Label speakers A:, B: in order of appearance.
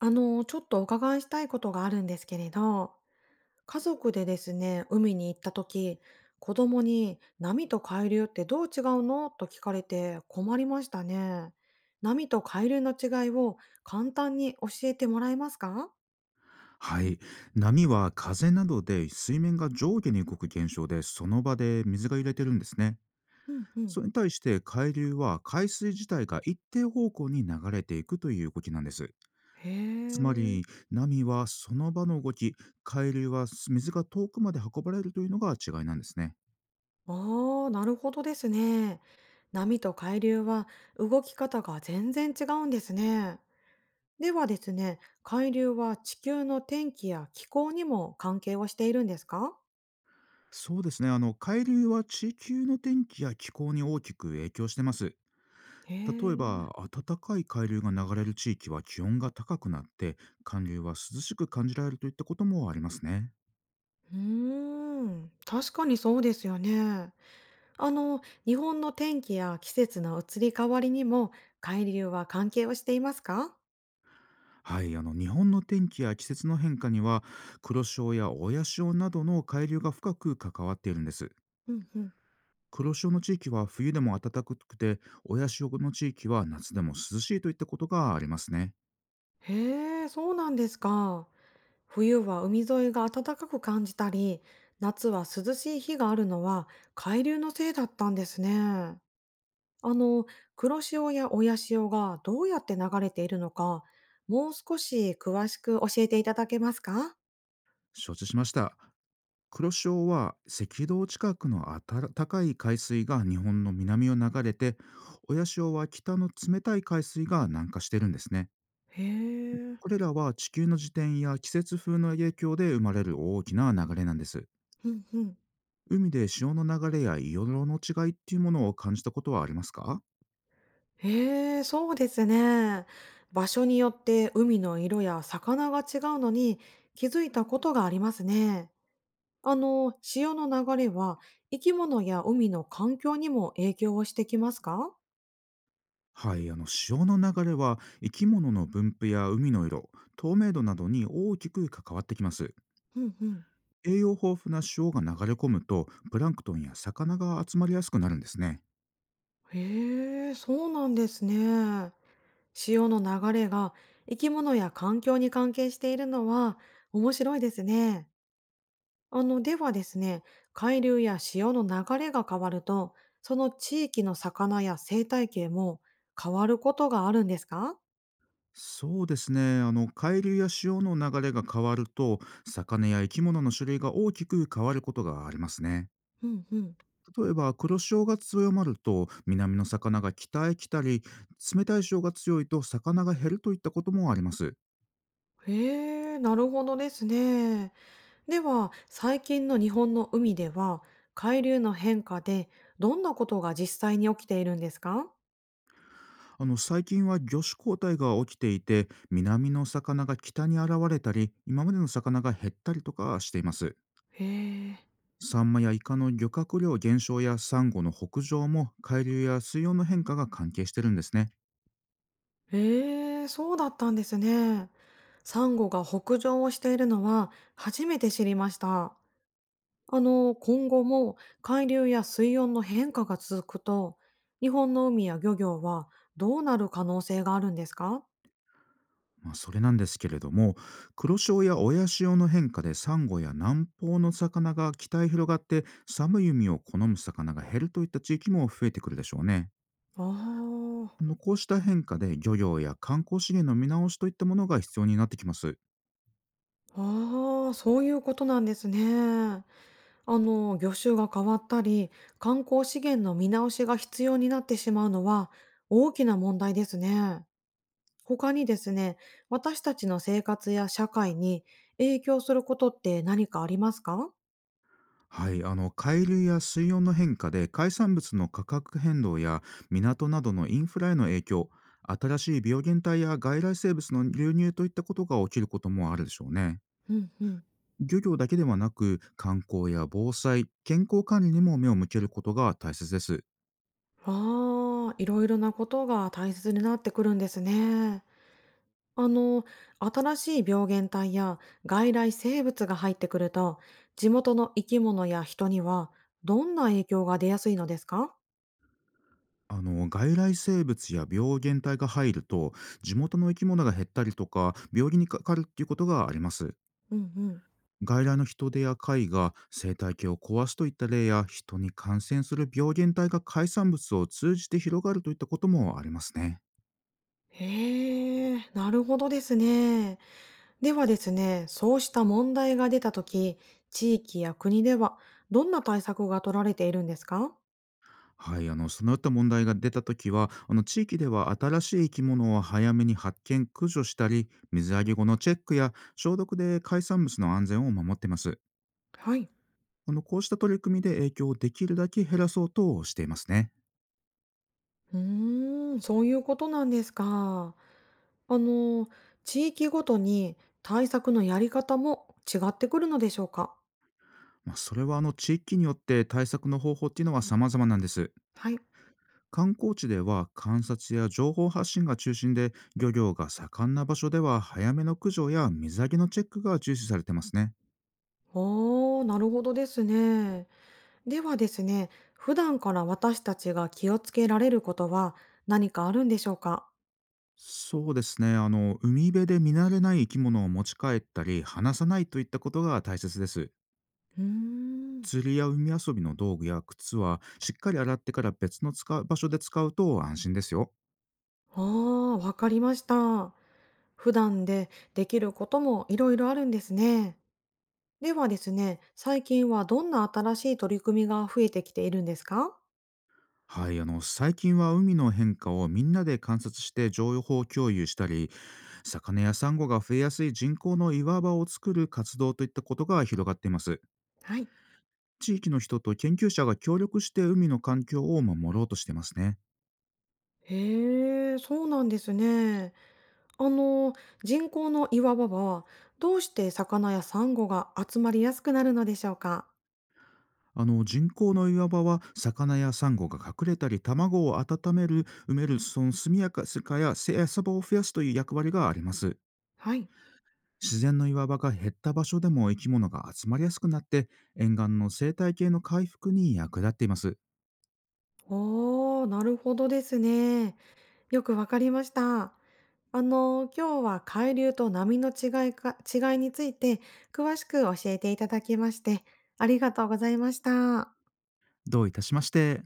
A: ちょっとお伺いしたいことがあるんですけれど、家族でですね、海に行った時、子供に波と海流ってどう違うのと聞かれて困りましたね。波と海流の違いを簡単に教えてもらえますか？
B: はい。波は風などで水面が上下に動く現象で、その場で水が揺れてるんですね。
A: うんう
B: そ
A: ん。
B: れに対して海流は海水自体が一定方向に流れていくという動きなんです。
A: へ
B: つま
A: え。
B: り、波はその場の動き、海流は水が遠くまで運ばれるというのが違いなんですね。
A: ああ、なるほどですね。波と海流は動き方が全然違うんですね。ではですね、海流は地球の天気や気候にも関係をしているんですか？
B: そうですね。海流は地球の天気や気候に大きく影響してます。
A: へ
B: 例え
A: え、
B: ば、暖かい海流が流れる地域は気温が高くなって、寒流は涼しく感じられるといったこともありますね。
A: うーん、確かにそうですよね。日本の天気や季節の移り変わりにも、海流は関係をしていますか？
B: はい、日本の天気や季節の変化には、黒潮や親潮などの海流が深く関わっているんです。
A: うんうん。
B: 黒潮の地域は冬でも暖かくて、親潮の地域は夏でも涼しいといったことがありますね。
A: へえ、そうなんですか。冬は海沿いが暖かく感じたり、夏は涼しい日があるのは、海流のせいだったんですね。あの、黒潮や親潮がどうやって流れているのか、もう少し詳しく教えていただけますか？
B: 承知しました。黒潮は赤道近くの暖かい海水が日本の南を流れて、親潮は北の冷たい海水が南下してるんですね。
A: へえ、
B: これらは地球の自転や季節風の影響で生まれる大きな流れなんです。
A: うんうん。
B: 海で潮の流れや色の違いっていうものを感じたことはありますか？
A: へえ、そうですね。場所によって海の色や魚が違うのに気づいたことがありますね。潮の流れは生き物や海の環境にも影響をしてきますか？
B: はい、潮の流れは生き物の分布や海の色、透明度などに大きく関わってきます。
A: うんうん。
B: 栄養豊富な塩が流れ込むと、プランクトンや魚が集まりやすくなるんですね。
A: へえ、そうなんですね。潮の流れが生き物や環境に関係しているのは面白いですね。ではですね、海流や潮の流れが変わると、その地域の魚や生態系も変わることがあるんですか？
B: そうですね、海流や潮の流れが変わると、魚や生き物の種類が大きく変わることがありますね。
A: うんうん。
B: 例えば、黒潮が強まると南の魚が北へ来たり、冷たい潮が強いと魚が減るといったこともあります。
A: へえ、なるほどですね。では、最近の日本の海では、海流の変化でどんなことが実際に起きているんですか？
B: 最近は魚種交代が起きていて、南の魚が北に現れたり、今までの魚が減ったりとかしています。
A: へえ。
B: サンマやイカの漁獲量減少やサンゴの北上も、海流や水温の変化が関係してるんですね。
A: へえ、そうだったんですね。サンゴが北上をしているのは初めて知りました。今後も海流や水温の変化が続くと、日本の海や漁業はどうなる可能性があるんですか？
B: まあ、それなんですけれども、黒潮や親潮の変化でサンゴや南方の魚が北へ広がって、寒い海を好む魚が減るといった地域も増えてくるでしょうね。
A: ああ、
B: こうした変化で、漁業や観光資源の見直しといったものが必要になってきます。
A: あーあ、そういうことなんですね。魚種が変わったり、観光資源の見直しが必要になってしまうのは大きな問題ですね。他にですね、私たちの生活や社会に影響することって何かありますか？
B: はい、海流や水温の変化で、海産物の価格変動や港などのインフラへの影響、新しい病原体や外来生物の流入といったことが起きることもあるでしょうね。
A: うんうん。
B: 漁業だけではなく、観光や防災、健康管理にも目を向けることが大切です。
A: ああ、いろいろなことが大切になってくるんですね。あの、新しい病原体や外来生物が入ってくると、地元の生き物や人にはどんな影響が出やすいのですか？
B: 外来生物や病原体が入ると、地元の生き物が減ったりとか、病気にかかるっていうことがあります。
A: うんうん。
B: 外来の人手や貝が生態系を壊すといった例や、人に感染する病原体が海産物を通じて広がるといったこともありますね。
A: へえ、なるほどですね。ではですね、そうした問題が出たとき、地域や国ではどんな対策が取られているんですか？
B: はい、そのよった問題が出た時は、地域では新しい生き物を早めに発見、駆除したり、水揚げ後のチェックや消毒で海産物の安全を守ってます。
A: はい。
B: こうした取り組みで影響をできるだけ減らそうとしていますね。
A: うーん、そういうことなんですか。あの、地域ごとに対策のやり方も違ってくるのでしょうか？
B: まあ、それは地域によって対策の方法っていうのは様々なんです。
A: はい。
B: 観光地では観察や情報発信が中心で、漁業が盛んな場所では早めの駆除や水揚げのチェックが重視されてますね。
A: おー、なるほどですね。ではですね、普段から私たちが気をつけられることは何かあるんでしょうか？
B: そうですね、海辺で見慣れない生き物を持ち帰ったり離さないといったことが大切です。
A: うーん。
B: 釣りや海遊びの道具や靴はしっかり洗ってから、別の使う場所で使うと安心ですよ。
A: あー、わかりました。普段でできることもいろいろあるんですね。ではですね、最近はどんな新しい取り組みが増えてきているんですか？
B: はい、最近は海の変化をみんなで観察して情報共有したり、魚やサンゴが増えやすい人工の岩場を作る活動といったことが広がっています。
A: はい。
B: 地域の人と研究者が協力して海の環境を守ろうとしてますね。
A: へえ、そうなんですね。あの、人工の岩場は、どうして魚やサンゴが集まりやすくなるのでしょうか？
B: 人工の岩場は、魚やサンゴが隠れたり卵を温める、埋めるその速やかさやや餌場を増やすという役割があります。
A: はい。
B: 自然の岩場が減った場所でも生き物が集まりやすくなって、沿岸の生態系の回復に役立っています。
A: おー、なるほどですね。よくわかりました。今日は海流と波の違いか、違いについて詳しく教えていただきまして、ありがとうございました。
B: どういたしまして。